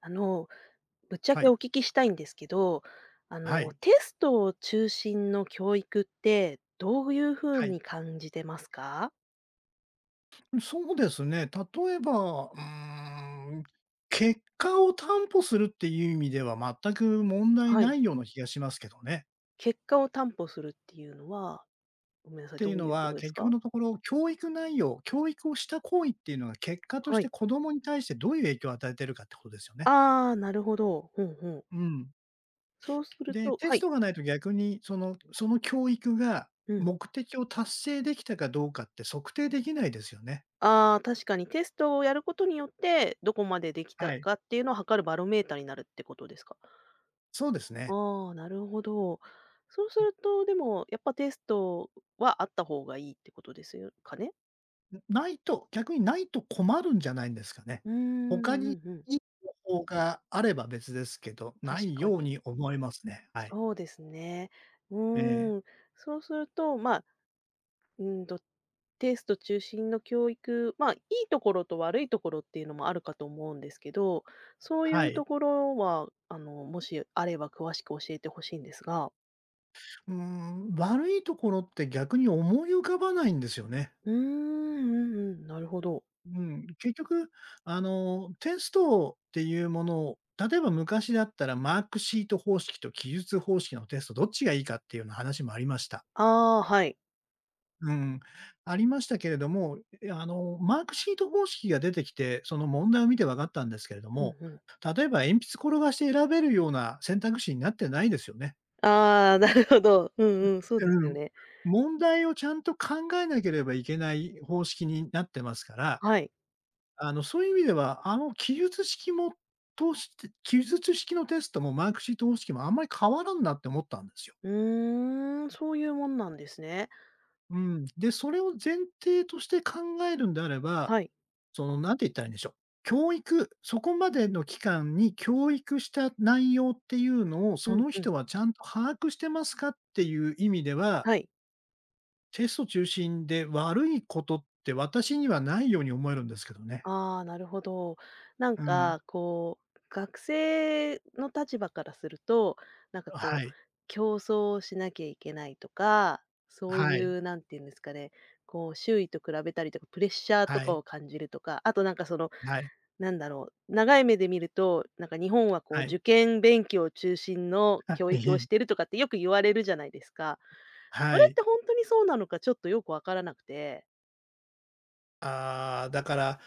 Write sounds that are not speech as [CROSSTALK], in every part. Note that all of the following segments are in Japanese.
あの、ぶっちゃはけい。お聞きしたいんですけど、はい。テストを中心の教育ってどういう風はい。に感じてますか？そうですね。例えば、ん、結果を担保するっていう意味では全く問題はない。いような気がしますけどね。結果を担保するっていうのは、ごめんなっさい、てどいううのいうこは、とで結す局か？のところ、教育内容、教育をした行為っていうのが結果としはてい。子供に対してどういう影響を与えてるかってことですよね。ああ、なるほど。ふんふん。うん。そうするで、と、テはスい。トがないと逆に、その教育がうん。目的を達成できたかどうかって測定できないですよね。ああ、確かにテストをやることによって、どこまでできたはい。かっていうのを測るバロメーターになるってことですか？そうですね。ああ、なるほど。そうすると、でも、やっぱテストはあった方がいいってことですよかね？ないと逆にないと困るんじゃないんですかね。うーん、他にうんうん。いい方法があれば別ですけど、な確いかように。に思いますね。はい。そうですね。うええ、ーん。そうすると、まあ、うんと、テスト中心の教育、まあ、いいところと悪いところっていうのもあるかと思うんですけど、そういはうとい。ころは、もしあれば詳しく教えてほしいんですが。うーん、悪いところって逆に思い浮かばないんですよね。うーん、うんうん、なるほど。うん、結局、テストっていうものを、例えば昔だったらマークシート方式と記述方式のテストどっちがいいかっていうような話もありました。ああ、はい。うん、ありましたけれども、え、あの、マークシート方式が出てきて、その問題を見て分かったんですけれどうんも、うん。例えば鉛筆転がして選べるような選択肢になってないですよね。ああ、なるほど。うんうん、そうですうよん。ね。問題をちゃんと考えなければいけない方式になってますから、はい。そういう意味では、あの記述式もとして記述式のテストもマークシート方式もあんまり変わらんなって思ったんですよ。うーん、そういうもんなんですね。うん。で、それを前提として考えるんであればはい。なんて言ったらいいんでしょう。そこまでの期間に教育した内容っていうのを、うそんのう人ん。はちゃんと把握してますかっていう意味では、はい。テスト中心で悪いことって私にはないように思えるんですけどね。ああ、なるほど。なんうん。か、こう、学生の立場からすると、なんかはこう、い。競争しなきゃいけないとか、そういはい。う、なんて言うんですかね、こう周囲と比べたりとか、プレッシャーとはかい。を感じるとか、あとなんかそのはい。なんだろう、長い目で見ると、なんか日本はこはうい。はい。受験勉強中心の教育をし [LAUGHS] てるとかってよく言われるじゃないですか。そはれっい。てほんとにそうなのかちょっとよくわからなくて、ああ、だから、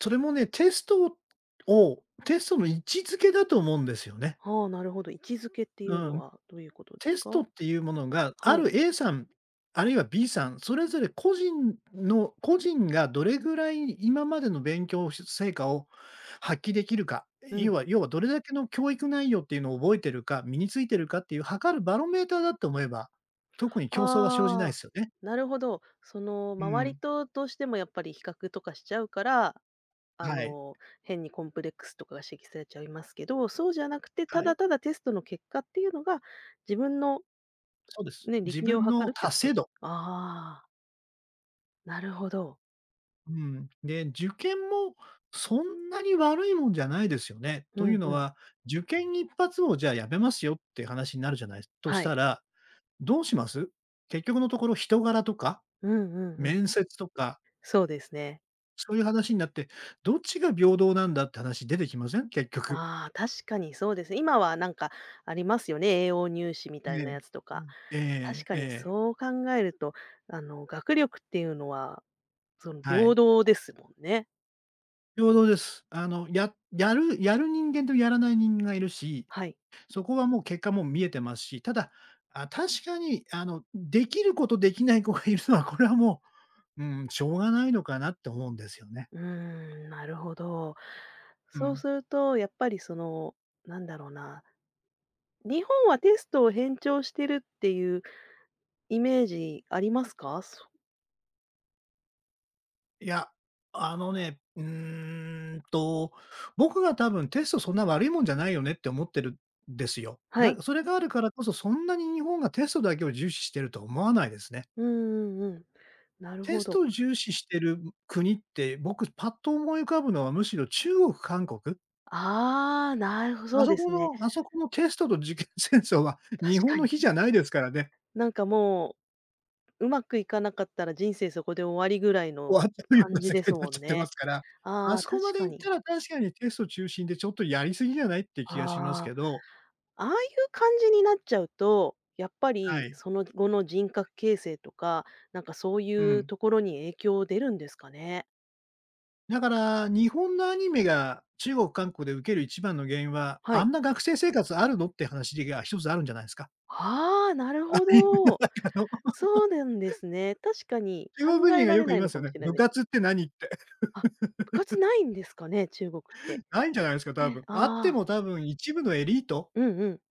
それもね、テストの位置づけだと思うんですよね。はあ、なるほど、位置づけってういうのん。はどういうことでテすスか？トっていうものが、あはい、る A さん、あるいは B さん、それぞれ個人がどれぐらい今までの勉強成果を発揮できるか、う要ん。は要はどれだけの教育内容っていうのを覚えてるか、身についてるかっていう測るバロメーターだって思えば、特に競争は生じないでああ、すよね。なるほど。そのう周りん。とどうしてもやっぱり比較とかしちゃうから、はい。変にコンプレックスとかが指摘されちゃいますけど、そうじゃなくて、たはい。だただテストの結果っていうのが、自分のそうです。ね、自力量を分の測るってこ達と。成度ああ、なるほど。うん。で、受験もそんなに悪いもんじゃないですよね。うというんのうん。は、受験一発をじゃあやめますよっていう話になるじゃないとしはい。たら、どうします結局のところ人柄とか、うんうんうん。面接とか、そうですね。そういう話になって、どっちが平等なんだって話出てきません結局。ああ、確かにそうですね。今はなんかありますよね、栄養入試みたいえなえ。やつとうか。ん。え確えかえにえ。そう考えると、学力っていうのは、は平い。等ですもんね。平等です。やる人間とやらない人間がいるしはい。そこはもう結果も見えてますし、ただ、確かにできることできない子がいるのは、これはもう、[LAUGHS] うん、しょうがないのかなって思うんですよね。うーん、なるほど。うそうん。すると、やっぱりなんだろうな、日本はテストを偏重してるっていうイメージありますか？そいや、あのね、うーんと、僕が多分テストそんな悪いもんじゃないよねって思ってるんですよ。はい。それがあるからこそ、そんなに日本がテストだけを重視してると思わないですね。うんうんうん。なるテほスど。トを重視してる国って、僕パッと思い浮かぶのはむしろ中国、韓国。ああ、なるほどそあうそでこすね。のあそこのテストと受験 [LAUGHS] 戦争は確日本かのに。比じゃないですからね。なんかもう、うまくいかなかったら人生そこで終わりぐらい終のわっちゃうよう感なじ世で界すになっもちんゃってまね。すから、あああ、そこま確でか行っに。たら確かにテスト中心でちょっとやりすぎじゃないって気がしますああ。けど、ああいう感じになっちゃうと、やっぱはりい。その後の人格形成とか、なんかそういううん。ところに影響出るんですかね？だから、日本のアニメが中国、韓国で受ける一番の原因は、はあい。んな学生生活あるのって話が一つあるんじゃないですか。ああ、なるアほニメのど。中のそうなんですね。確かに考中国人えがらよれく言ないいまのすかよもね。しれな部いです。活って何って。あ、部活ないんですかね、中国って。ないんじゃないですか、え多え。分。あってああ、も多分一部のエリートうんうん。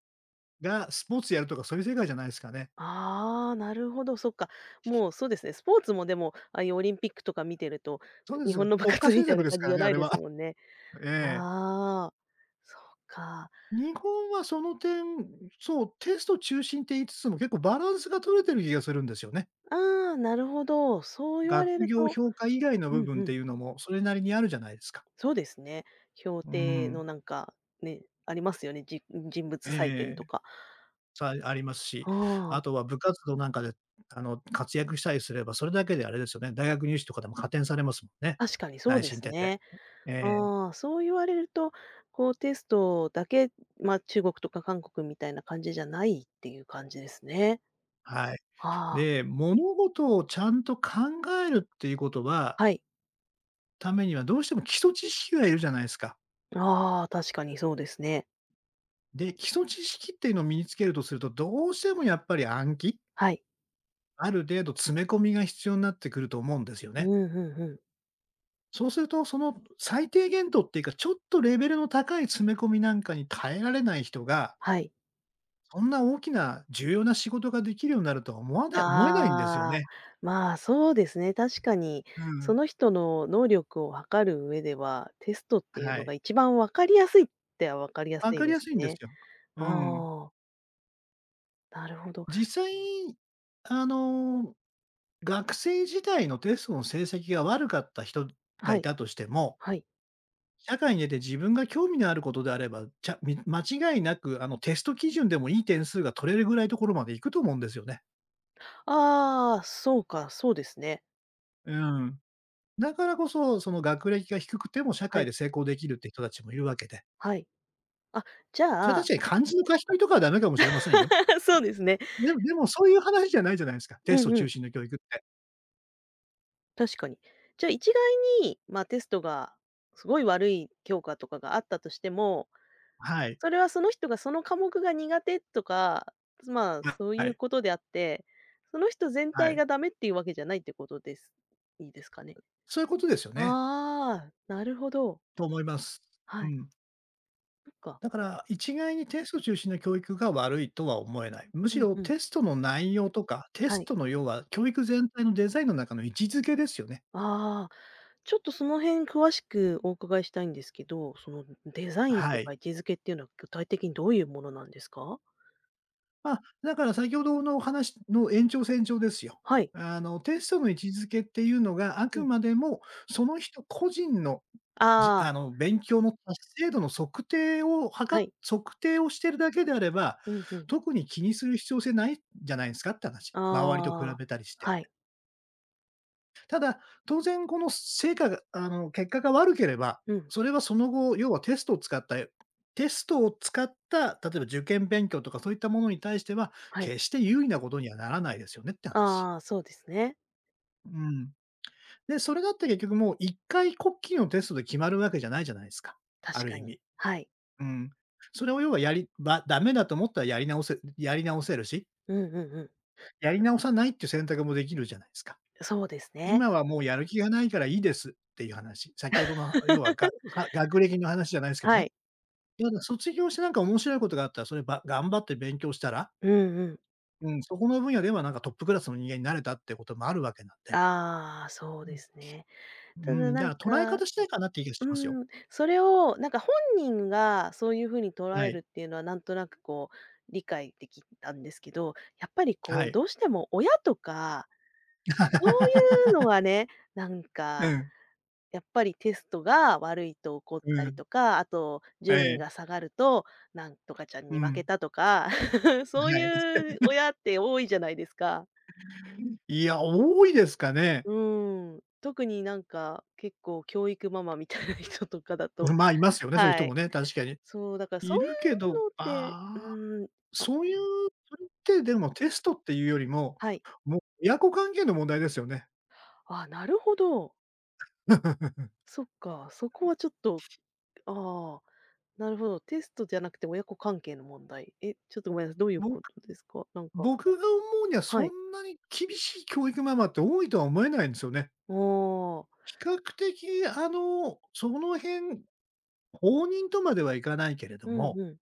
が、スポーツやるとかそういう世界じゃないですかね。ああ、なるほど、そっか。もうそうですね、スポーツもでも、ああいうオリンピックとか見てると、そう [LAUGHS] で日す。本の部国家活み政たい策なです感じかじらゃね、あないれでは。す [LAUGHS] もんね。ええ。ああ、そっか。日本はその点、そう、テスト中心って言いつつも結構バランスが取れてる気がするんですよね。ああ、なるほど。そう言わ学れる業と、評価以外のう部ん分っうてん、いうのもそれなりにあるじゃないですか。そうですね。評う定ん。のなんか、ね、ありますよね、じ人え物え採点えとえ。か。ありますし、あああ、とは部活動なんかで、活躍したりすれば、それだけであれですよね、大学入試とかでも加点されますもんね。確かにそう内で申す点で。ね。ええ、ああ、そう言われると、こうテストだけ、ま、中国とか韓国みたいな感じじゃないっていう感じですね。はい。ああ、で、物事をちゃんと考えるっていうことは、はい。ためにはどうしても基礎知識がいるじゃないですか。ああ、確かにそうですね。で、基礎知識っていうのを身につけるとすると、どうしてもやっぱり暗記、はい。ある程度詰め込みが必要になってくると思うんですようんね。うんうん。そうすると、その最低限度っていうか、ちょっとレベルの高い詰め込みなんかに耐えられない人が、はい。そんな大きな重要な仕事ができるようになるとは思えないんですよああ、ね。まあ、そうですね。確かに、うそん。の人の能力を測る上では、テストっていうはのがい。一番分かりやすいっては分かりやす分いかりでやすすいんですね。よ。うん。ああ、なるほど。実際、あの、学生時代のテストの成績が悪かった人がはいい、たとしても、はい。社会に出て自分が興味のあることであれば、ちゃみ間違いなく、テスト基準でもいい点数が取れるぐらいところまで行くと思うんですよね。ああ、そうか、そうですね。うん。だからこそ、その学歴が低くても社は会い、で成功できるって人たちもいるわけで、はい。あ、じそれはゃ確あ かに漢字の書き取りとかはダメかもしれませんよ。[LAUGHS] そうですね。でもそういう話じゃないじゃないですか。テスうトんう中ん、心の教育って。確かに。じゃあ一概に、まあ、テストがすごい悪い教科とかがあったとしても、はい。それはその人がその科目が苦手とか、まあ、そうはいうい。ことであって、その人全は体い。がダメっていうわけじゃないってことです。いいですかね？そういうことですよね。ああ、なるほど。と思います。うはい。ん。そっか。だから、一概にテスト中心の教育が悪いとは思えない。むしうんろうん。テストの内容とか、テはスい。トの要は教育全体のデザインの中の位置づけですよね。ああ。ちょっとその辺詳しくお伺いしたいんですけど、そのデザインはとい。か位置づけっていうのは具体的にどういうものなんですか？まあ、だから先ほどのお話の延長線上ですよ。はい。テストの位置づけっていうのが、あうくん。までもその人個人の、じああ、あの、勉強の達成度のはい。測定をしてるだけであれば、うんうん。特に気にする必要性ないんじゃないですかって話。あ周りと比あ、べたりして。はい。ただ、当然この成果があの、結果が悪ければ、うん、それはその後、要はテストを使った、例えば受験勉強とかそういったものに対しては、はい。決して有利なことにはならないですよねって話。ああ、そうですね。うん。で、それだって結局もう一回こっきりのテストで決まるわけじゃないじゃないですか、あ確るか意に。味。はい。うん。それを要はやりばダメだと思ったらやり直せるし、うんうんうん。やり直さないっていう選択もできるじゃないですか。そうですね。今はもうやる気がないからいいですっていう話。先ほどの要はが [LAUGHS] が学歴の話じゃないですけどはね。い。ただ卒業してなんか面白いことがあったら、それば頑張って勉強したら、うんうん。うん、そこの分野ではなんかトップクラスの人間になれたってこともあるわけなんで。ああ、そうですね。うたん。だうん、なだんから捉えか方次第かなっていう気がうしますよ。それをなんか本人がそういう風に捉はえるい。っていうのはなんとなくこう理解できたんですけど、やっぱりこはうい。どうしても親とか、そういうの [LAUGHS] はね、なんうかん、やっぱりテストが悪いと怒っうたりん。とか、あとえ順位がえ。下がると、なんとかちゃんうに負けん。たとか [LAUGHS]、そうはい。いう親って多いじゃないですか。いや、多いですかね。うん、特になんか結構教育ママみたいな人とかだうと、ん、まあ、いますよね、そういうは人もい。ね、確かに。そう、だからそいるけど、ういうのって、うああ。ーん、あ、そういうそれってでもテストっていうよりも、はい。もう親子関係の問題ですよね。あ、なるほど。[LAUGHS] そっか、そこはちょっと、ああ、なるほど、テストじゃなくて親子関係の問題。え、ちょっとごめんなさい、どういうぼことですか？なんか、僕が思うにはそはい。んなに厳しい教育ママって多いとは思えないんですよね。ああ、比較的その辺、放任とまではいかないけれどうんも、うん。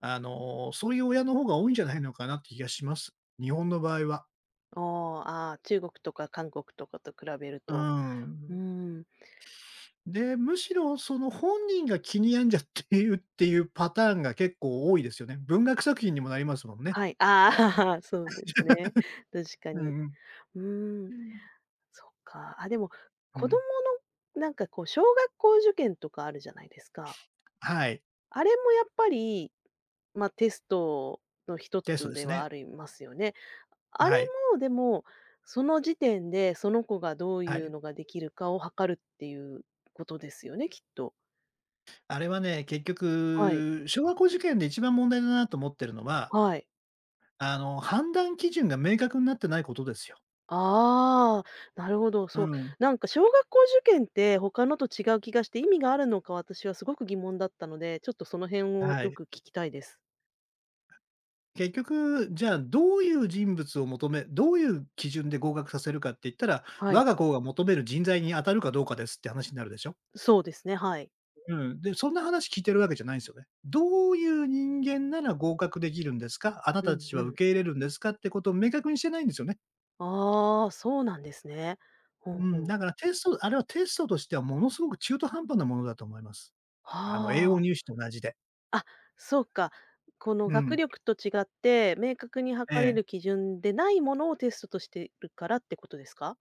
そういう親の方が多いんじゃないのかなって気がします。日本の場合は。ああ、ああ、中国とか韓国とかと比べるうーと、うーん。ん、で、むしろその本人が気に病んじゃっているっていうパターンが結構多いですよね。文学作品にもなりますもんね。はい、ああ、[LAUGHS] そうですね。確かうに。んうん。うーん、そっか。あ、でも、う子供ん。のなんかこう小学校受験とかあるじゃないですか。はい。あれもやっぱり、まあ、テストの一テストつでですはね。ありますよね。あれはい。も、でも、その時点でその子がどういはうい。のができるかを測るっていうことですよね、きっと。あれはね、結はい。局、小学校受験で一番問題だなと思ってるのは、はい。判断基準が明確になってないことですよ。ああ、なるほど。うそう、ん。なんか小学校受験って他のと違う気がして意味があるのか私はすごく疑問だったので、ちょっとその辺をはよい。く聞きたいです。結局、じゃあどういう人物を求めどういう基準で合格させるかって言ったら、は我い。が校が求める人材に当たるかどうかですって話になるでしょ。そうですね、はい。うん。で、そんな話聞いてるわけじゃないんですよね。どういう人間なら合格できるんですか？あなうたんたちはう受ん。け入れるんですか？ってことを明確にしてないんですよね。ああ、そうなんですね。ほうんほん、ん。だからテストあれはテストとしてはものすごく中途半端なものだと思います。栄は養入あ。試と同じで。あ、そうか。このう学ん。力と違って、明確にえ測れえ、る基準でないものをテストとしてるからってことですか？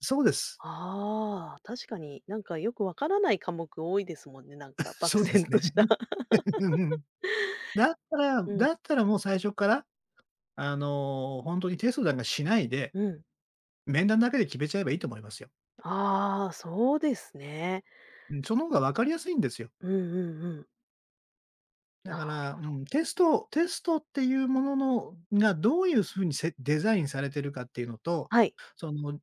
そうです。ああ、確かになんかよくわからない科目多いですもんね、なん [LAUGHS] かそう漠で然すとね。した。[LAUGHS] [LAUGHS] うんうん。うん、だったらもう最初から、ほんにテストなんかしないで、うん。面談だけで決めちゃえばいいと思いますよ。ああ、そうですね。うん、その方が分かりやすいんですよ。うんうんうん。だなるから、うほど。ん、テストっていうもののがどういう風にデザインされてるかっていうのと、はい。その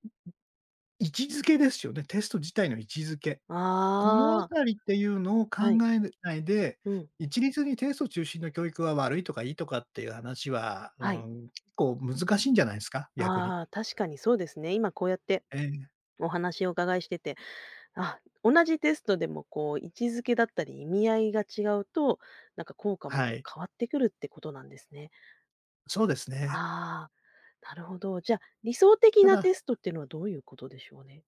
位置づけですよね、テスト自体の位置づけ。あこのああ、たりっていうのを考はい。えないで、うん、一律にテスト中心の教育は悪いとかいいとかっていう話は、うーはい。ん、結構難しいんじゃないですか？逆に。ああ、確かにそうですね。今こうやってええ、お話をお伺いしてて、あ、同じテストでもこう位置づけだったり意味合いが違うと、なんか効果はもい。変わってくるってことなんですね。そうですね。ああ、なるほど。じゃ、あ理想的たなだ、テストっていうのはどういうことでしょうね？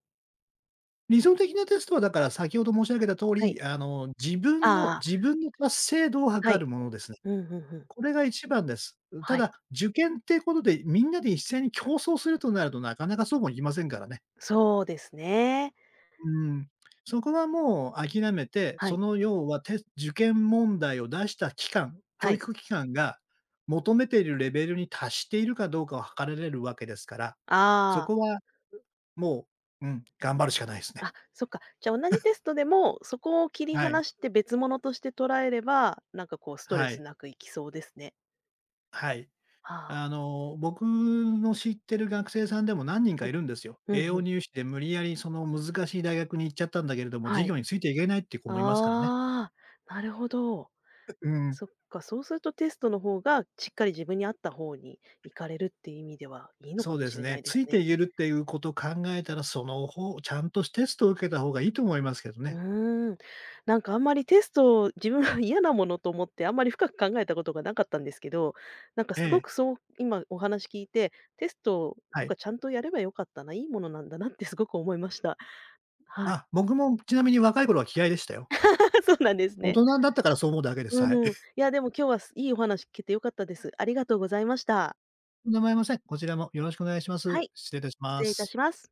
理想的なテストはだから先ほど申し上げた通はい。り、あ自分の達成度をあ、は測い。るものですね。うんうんうん。これが一番です。たはい。だ、受験っていうことで、みんなで一斉に競争するとなると、なかなかそうもいきませんからね。そうですね。うん。そこはもう諦めて、はそい、の要は、受験問題を出した機関、は教い。育機関が求めているレベルに達しているかどうかを測られるわけですから、そああ、こはもう、うん、頑張るしかないですね。あ、そっか。じゃ、あ同じテストでも、そこを切りはい。離して別物として捉えれば、なんかこうストレはスい。なくいきそうですね。はい。ああ、僕の知ってる学生さんでも何人かはいい。るんですよ。うん栄う養ん。入試で無理やりその難しい大学に行っちゃったんだけれども、は授い。業についていけないっていう子もいますからね。ああ、なるほど。うん。そっか、そうするとテストの方がしっかり自分に合った方に行かれるっていう意味ではいいのそかうもでしすれなね。いでつすいてね。いけるっていうことを考えたら、その方ちゃんとテストを受けた方がいいと思いますけどうね。ーん。なんかあんまりテストを自分は [LAUGHS] 嫌なものと思ってあんまり深く考えたことがなかったんですけど、なんかえすごえ、くそう、今お話聞いて、テストはとい。かちゃんとやればよかったな、いいものなんだなってすごく思いました。はい。あ、僕もちなみに若い頃は嫌いでしたよ。[LAUGHS] そうなんです大ね。人だったからそう思うだけです。はい。うん。い [LAUGHS] やでも今日はいいお話聞けて良かったです。ありがとうございました。とません。こちらもよろしくお願いしまはす。い、失礼いたし失ま礼いたしす。ます。